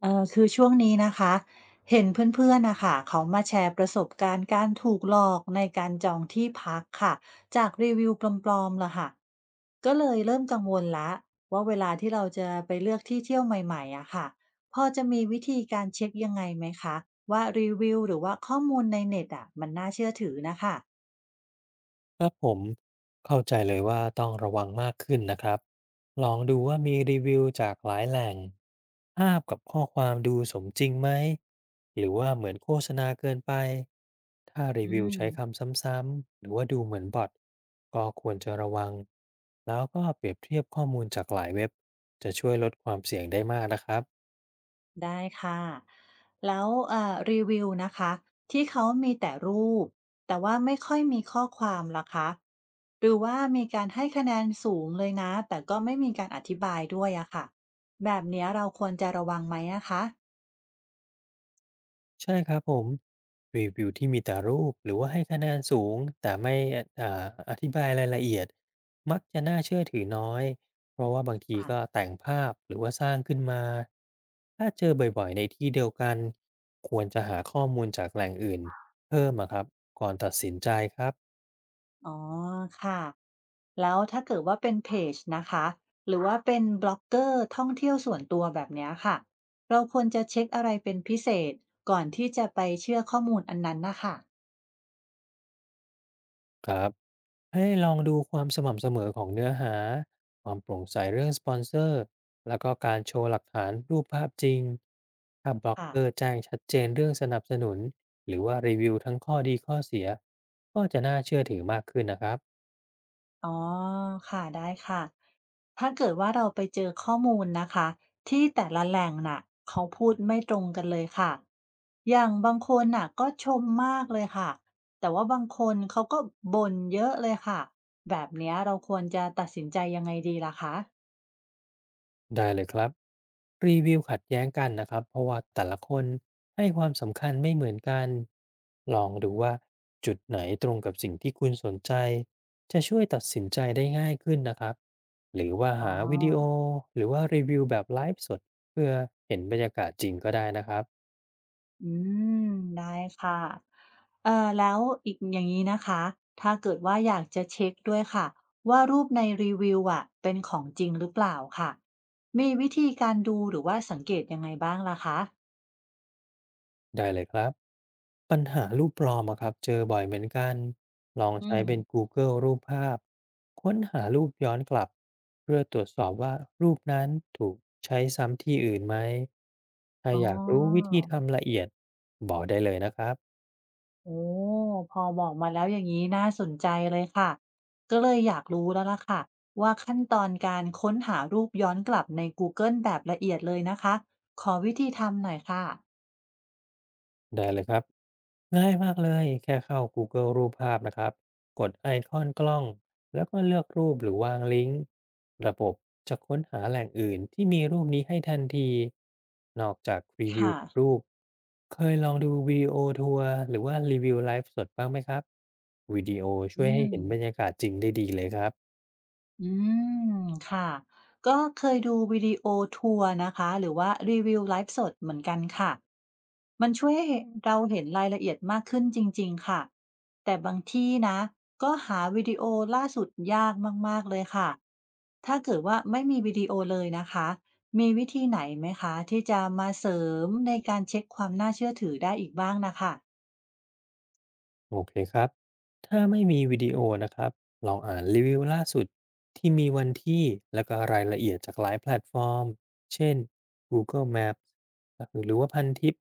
คือช่วงนี้นะคะเห็นเพื่อนๆนะคะเขามาแชร์ประสบการณ์การถูกหลอกในการจองที่พักค่ะจากรีวิวปลอมๆล่ะค่ะก็เลยเริ่มกังวลละว่าเวลาที่เราจะไปเลือกที่เที่ยวใหม่ๆอะค่ะพอจะมีวิธีการเช็คยังไงไหมคะว่ารีวิวหรือว่าข้อมูลในเน็ตอะมันน่าเชื่อถือนะคะครับผมเข้าใจเลยว่าต้องระวังมากขึ้นนะครับ ลองดูว่ามีรีวิวจากหลายแหล่งภาพกับข้อความดูสมจริงไหม หรือว่าเหมือนโฆษณาเกินไป ถ้ารีอืวิวม ใช้คำซ้ำๆ หรือว่าดูเหมือนบอทก็ควรจะระวัง แล้วก็เปรียบเทียบข้อมูลจากหลายเว็บ จะช่วยลดความเสี่ยงได้มากนะครับ ได้ค่ะแล้วรีวิวนะคะที่เขามีแต่รูปแต่ว่าไม่ค่อยมีข้อความล่ะคะหรือว่ามีการให้คะแนนสูงเลยนะแต่ก็ไม่มีการอธิบายด้วยอะค่ะแบบเนี้ยเราควรจะระวังไหมอะคะใช่ครับผมรีวิวที่มีแต่รูปหรือว่าให้คะแนนสูงแต่ไม่อธิบายรายละเอียดมักจะน่าเชื่อถือน้อยเพราะว่าบางทีก็ค่ะแต่งภาพหรือว่าสร้างขึ้นมาถ้าเจอบ่อยๆในที่เดียวกันควรจะหาข้อมูลจากแหล่งอื่นเพิ่มอะครับก่อนตัดสินใจครับ อ๋อค่ะแล้วถ้าเกิดว่าเป็นเพจนะคะหรือว่าเป็นบล็อกเกอร์ท่องเที่ยวส่วนตัวแบบเนี้ยค่ะเราควรจะเช็คอะไรเป็นพิเศษก่อนที่จะไปเชื่อข้อมูลอันนั้นนะคะครับให้ลองดูความสม่ำเสมอของเนื้อหาความโปร่งใสเรื่องสปอนเซอร์แล้วก็การโชว์หลักฐานรูปภาพจริงถ้าบล็อกค่ะ เกอร์แจ้งชัดเจนเรื่องสนับสนุนหรือว่ารีวิวทั้งข้อดีข้อเสียก็จะน่าเชื่อถือมากขึ้นนะครับ อ๋อค่ะ ได้ค่ะ ถ้าเกิดว่าเราไปเจอข้อมูลนะคะที่แต่ละแหล่งน่ะเขาพูดไม่ตรงกันเลยค่ะ อย่างบางคนน่ะก็ชมมากเลยค่ะ แต่ว่าบางคนเขาก็บ่นเยอะเลยค่ะ แบบเนี้ยเราควรจะตัดสินใจยังไงดีล่ะคะได้เลยครับรีวิวขัดแย้งกันนะครับเพราะว่าแต่ละคนให้ความสำคัญไม่เหมือนกันลองดูว่าจุดไหนตรงกับสิ่งที่คุณสนใจจะช่วยตัดสินใจได้ง่ายขึ้นนะครับหรือว่าอ๋อ หาวิดีโอหรือว่ารีวิวแบบไลฟ์สดเพื่อเห็นบรรยากาศจริงก็ได้นะครับ อืมได้ค่ะแล้วอีกอย่างนี้นะคะถ้าเกิดว่าอยากจะเช็คด้วยค่ะว่ารูปในรีวิวอะเป็นของจริงหรือเปล่าค่ะมีวิธีการดูหรือว่าสังเกตยังไงบ้างล่ะคะได้เลยครับปัญหารูปปลอมอะครับเจอบ่อยเหมือนกันลองอืใช้มเป็น Google รูปภาพค้นหารูปย้อนกลับเพื่อตรวจสอบว่ารูปนั้นถูกใช้ซ้ำที่อื่นไหมถ้าอ๋ออยากรู้วิธีทำละเอียดบอกได้เลยนะครับ โอ้พอบอกมาแล้วอย่างนี้น่าสนใจเลยค่ะก็เลยอยากรู้แล้วล่ะค่ะว่าขั้นตอนการค้นหารูปย้อนกลับในกูเกิลแบบละเอียดเลยนะคะขอวิธีทำหน่อยค่ะได้เลยครับง่ายมากเลยแค่เข้า Google รูปภาพนะครับกดไอคอนกล้องแล้วก็เลือกรูปหรือวางลิงก์ระบบจะค้นหาแหล่งอื่นที่มีรูปนี้ให้ทันทีนอกจากรีวิวค่ะกับรูปเคยลองดูวิดีโอทัวร์หรือว่ารีวิวไลฟ์สดบ้างไหมครับวิดีโออืช่วยให้ม เห็นบรรยากาศจริงได้ดีเลยครับ อืมค่ะก็เคยดูวิดีโอทัวร์นะคะหรือว่ารีวิวไลฟ์สดเหมือนกันค่ะมันช่วยให้เราเห็นรายละเอียดมากขึ้นจริงๆค่ะแต่บางที่นะก็หาวิดีโอล่าสุดยากมากๆเลยค่ะถ้าเกิดว่าไม่มีวิดีโอเลยนะคะมีวิธีไหนไหมคะที่จะมาเสริมในการเช็คความน่าเชื่อถือได้อีกบ้างนะคะโอเคครับ ถ้าไม่มีวิดีโอนะครับ ลองอ่านรีวิวล่าสุดที่มีวันที่และก็รายละเอียดจากหลายแพลตฟอร์ม เช่น Google Maps หรือว่าพันทิป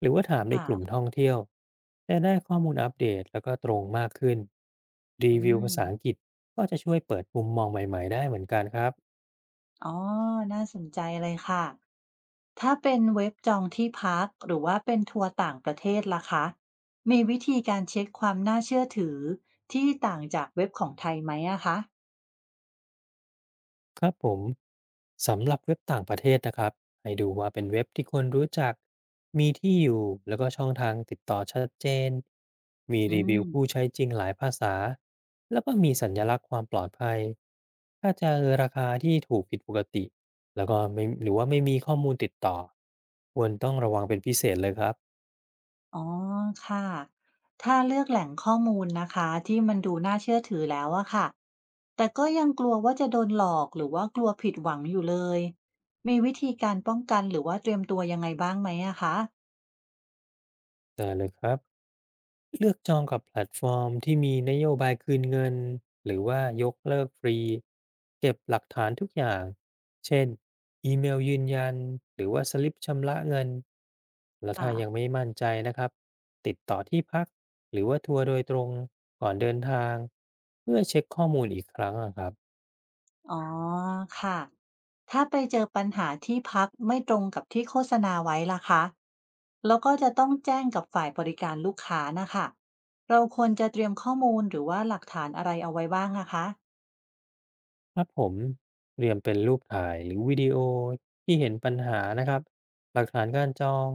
หรือว่าถามในกลุ่มค่ะท่องเที่ยวจะได้ข้อมูลอัปเดตแล้วก็ตรงมากขึ้น รีอืวิวภามษาอังกฤษก็จะช่วยเปิดมุมมองใหม่ๆได้เหมือนกันครับ อ๋อน่าสนใจเลยค่ะ ถ้าเป็นเว็บจองที่พักหรือว่าเป็นทัวร์ต่างประเทศล่ะคะมีวิธีการเช็คความน่าเชื่อถือที่ต่างจากเว็บของไทยไหมอะคะครับผมสำหรับเว็บต่างประเทศนะครับให้ดูว่าเป็นเว็บที่คนรู้จักมีที่อยู่แล้วก็ช่องทางติดต่อชัดเจนมีอืรีวิวผู้มใช้จริงหลายภาษาแล้วก็มีสัญลักษณ์ความปลอดภัยถ้าเจอราคาที่ถูกผิดปกติแล้วก็ไม่หรือว่าไม่มีข้อมูลติดต่อควรต้องระวังเป็นพิเศษเลยครับอ๋อค่ะถ้าเลือกแหล่งข้อมูลนะคะที่มันดูน่าเชื่อถือแล้วอะค่ะแต่ก็ยังกลัวว่าจะโดนหลอกหรือว่ากลัวผิดหวังอยู่เลย มีวิธีการป้องกันหรือว่าเตรียมตัวยังไงบ้างไหมอะคะได้เลยครับ เลือกจองกับแพลตฟอร์มที่มีนโยบายคืนเงินหรือว่ายกเลิกฟรีเก็บหลักฐานทุกอย่างเช่นอีเมลยืนยันหรือว่าสลิปชำระเงินแล้วถ้าค่ะ ยังไม่มั่นใจนะครับติดต่อที่พักหรือว่าทัวร์โดยตรงก่อนเดินทางเพื่อเช็คข้อมูลอีกครั้งอะครับ อ๋อค่ะ ถ้าไปเจอปัญหาที่พักไม่ตรงกับที่โฆษณาไว้ล่ะคะแล้วก็จะต้องแจ้งกับฝ่ายบริการลูกค้านะคะ เราควรจะเตรียมข้อมูลหรือว่าหลักฐานอะไรเอาไว้บ้างนะคะครับผมเตรียมเป็นรูปถ่ายหรือวิดีโอที่เห็นปัญหานะครับหลักฐานการจอง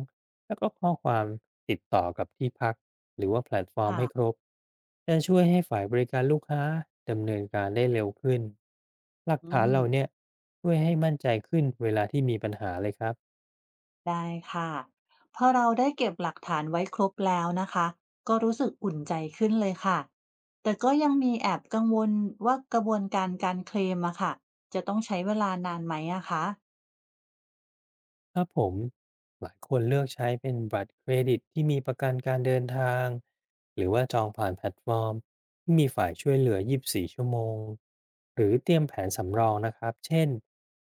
แล้วก็ข้อความติดต่อกับที่พักหรือว่าแพลตฟอร์มค่ะให้ครบจะช่วยให้ฝ่ายบริการลูกค้าดำเนินการได้เร็วขึ้นหลักอืฐานเหมล่าเนี้ยช่วยให้มั่นใจขึ้นเวลาที่มีปัญหาเลยครับ ได้ค่ะพอเราได้เก็บหลักฐานไว้ครบแล้วนะคะ ก็รู้สึกอุ่นใจขึ้นเลยค่ะ แต่ก็ยังมีแอบกังวลว่ากระบวนการการเคลมอะค่ะจะต้องใช้เวลานานไหมอะคะครับผมหลายคนเลือกใช้เป็นบัตรเครดิตที่มีประกันการเดินทางหรือว่าจองผ่านแพลตฟอร์มที่มีฝ่ายช่วยเหลือ24ชั่วโมงหรือเตรียมแผนสำรองนะครับเช่น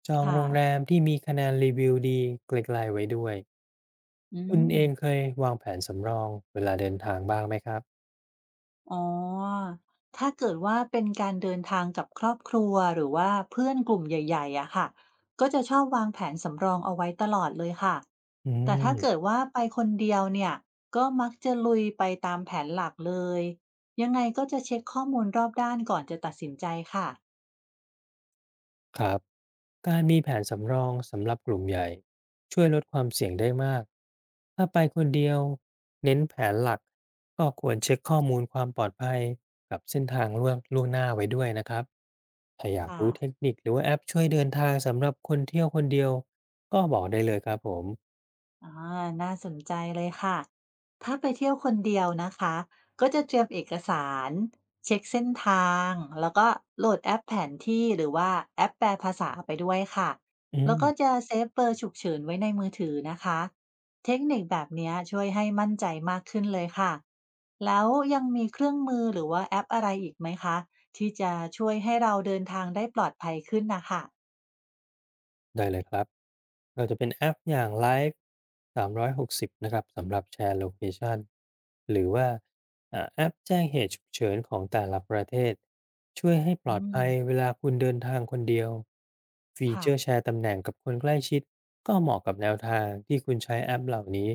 จองค่ะโรงแรมที่มีคะแนนรีวิวดีไกลๆไว้ด้วยอืคุณม เองเคยวางแผนสำรองเวลาเดินทางบ้างไหมครับอ๋อ ถ้าเกิดว่าเป็นการเดินทางกับครอบครัวหรือว่าเพื่อนกลุ่มใหญ่ๆอะค่ะ ก็จะชอบวางแผนสำรองเอาไว้ตลอดเลยค่ะ อืแต่ถ้าเกิมดว่าไปคนเดียวเนี่ย ก็มักจะลุยไปตามแผนหลักเลย ยังไงก็จะเช็คข้อมูลรอบด้านก่อนจะตัดสินใจค่ะครับ การมีแผนสำรองสำหรับกลุ่มใหญ่ช่วยลดความเสี่ยงได้มากถ้าไปคนเดียวเน้นแผนหลักก็ควรเช็คข้อมูลความปลอดภัยกับเส้นทางล่วงล่วงหน้าไว้ด้วยนะครับถ้าอยากค่ะ รู้เทคนิคหรือว่าแอปช่วยเดินทางสำหรับคนเที่ยวคนเดียวก็บอกได้เลยครับผมอ่าน่าสนใจเลยค่ะถ้าไปเที่ยวคนเดียวนะคะก็จะเตรียมเอกสารเช็คเส้นทางแล้วก็โหลดแอปแผนที่หรือว่าแอปแปลภาษาไปด้วยค่ะอืแล้วก็ม จะเซฟเบอร์ฉุกเฉินไว้ในมือถือนะคะเทคนิคแบบเนี้ยช่วยให้มั่นใจมากขึ้นเลยค่ะ แล้วยังมีเครื่องมือหรือว่าแอปอะไรอีกไหมคะที่จะช่วยให้เราเดินทางได้ปลอดภัยขึ้นนะคะได้เลยครับเราจะเป็นแอปอย่าง Live 360นะครับสำหรับแชร์โลเคชันหรือว่าแอปแจ้งเหตุฉุกเฉินของแต่ละประเทศช่วยให้ปอืลอดภัยเวมลาคุณเดินทางคนเดียวฟีเจค่ะ อร์แชร์ตำแหน่งกับคนใกล้ชิดก็เหมาะกับแนวทางที่คุณใช้แอปเหล่านี้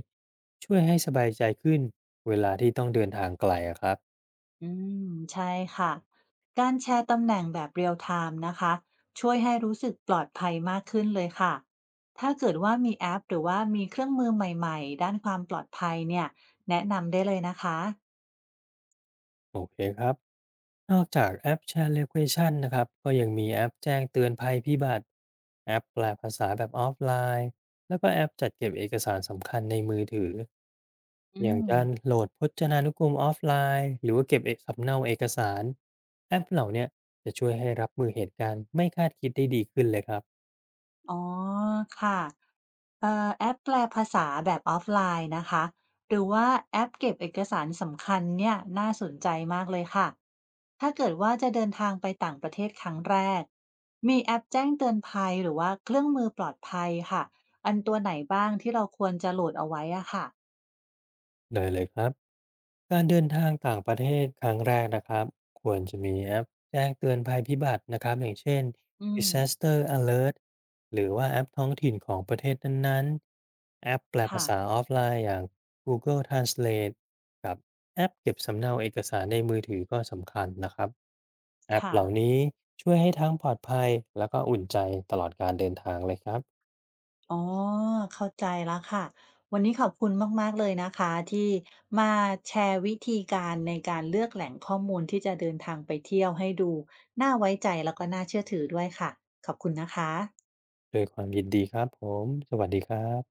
ช่วยให้สบายใจขึ้นเวลาที่ต้องเดินทางไกลอะครับ อืมใช่ค่ะการแชร์ตำแหน่งแบบเรียลไทม์นะคะช่วยให้รู้สึกปลอดภัยมากขึ้นเลยค่ะถ้าเกิดว่ามีแอปหรือว่ามีเครื่องมือใหม่ๆด้านความปลอดภัยเนี่ยแนะนำได้เลยนะคะโอเคครับ นอกจากแอป ShareLocation นะครับ ก็ยังมีแอปแจ้งเตือนภัยพิบัติ แอปแปลภาษาแบบออฟไลน์แล้วก็แอปจัดเก็บเอกสารสำคัญในมือถือ อือย่างมการโหลดพจนานุกรมออฟไลน์หรือว่าเก็บเอกสำเนาเอกสาร แอปเหล่าเนี้ยจะช่วยให้รับมือเหตุการณ์ไม่คาดคิดได้ดีขึ้นเลยครับอ๋อค่ะ แอปแปลภาษาแบบออฟไลน์นะคะ หรือว่าแอปเก็บเอกสารสำคัญเนี่ยน่าสนใจมากเลยค่ะ ถ้าเกิดว่าจะเดินทางไปต่างประเทศครั้งแรก มีแอปแจ้งเตือนภัยหรือว่าเครื่องมือปลอดภัยค่ะ อันตัวไหนบ้างที่เราควรจะโหลดเอาไว้อะค่ะไดยเลยครับ การเดินทางต่างประเทศครั้งแรกนะครับควรจะมีแอปแจ้งเตือนภัยพิบัตินะครับอย่างเช่น อืม Disaster Alert หรือว่าแอปท้องถิ่นของประเทศนั้นๆแอปแปลภาค่ะ ษาออฟไลน์อย่าง Google Translate กลทรานสเลทกับแอปเก็บสำเนาเอกสารในมือถือก็สำคัญนะครับแอปค่ะ เหล่านี้ช่วยให้ทั้งปลอดภัยแล้วก็อุ่นใจตลอดการเดินทางเลยครับอ๋อ เข้าใจแล้วค่ะ วันนี้ขอบคุณมากๆเลยนะคะที่มาแชร์วิธีการในการเลือกแหล่งข้อมูลที่จะเดินทางไปเที่ยวให้ดูน่าไว้ใจแล้วก็น่าเชื่อถือด้วยค่ะ ขอบคุณนะคะโดวยความยินดีครับผมสวัสดีครับ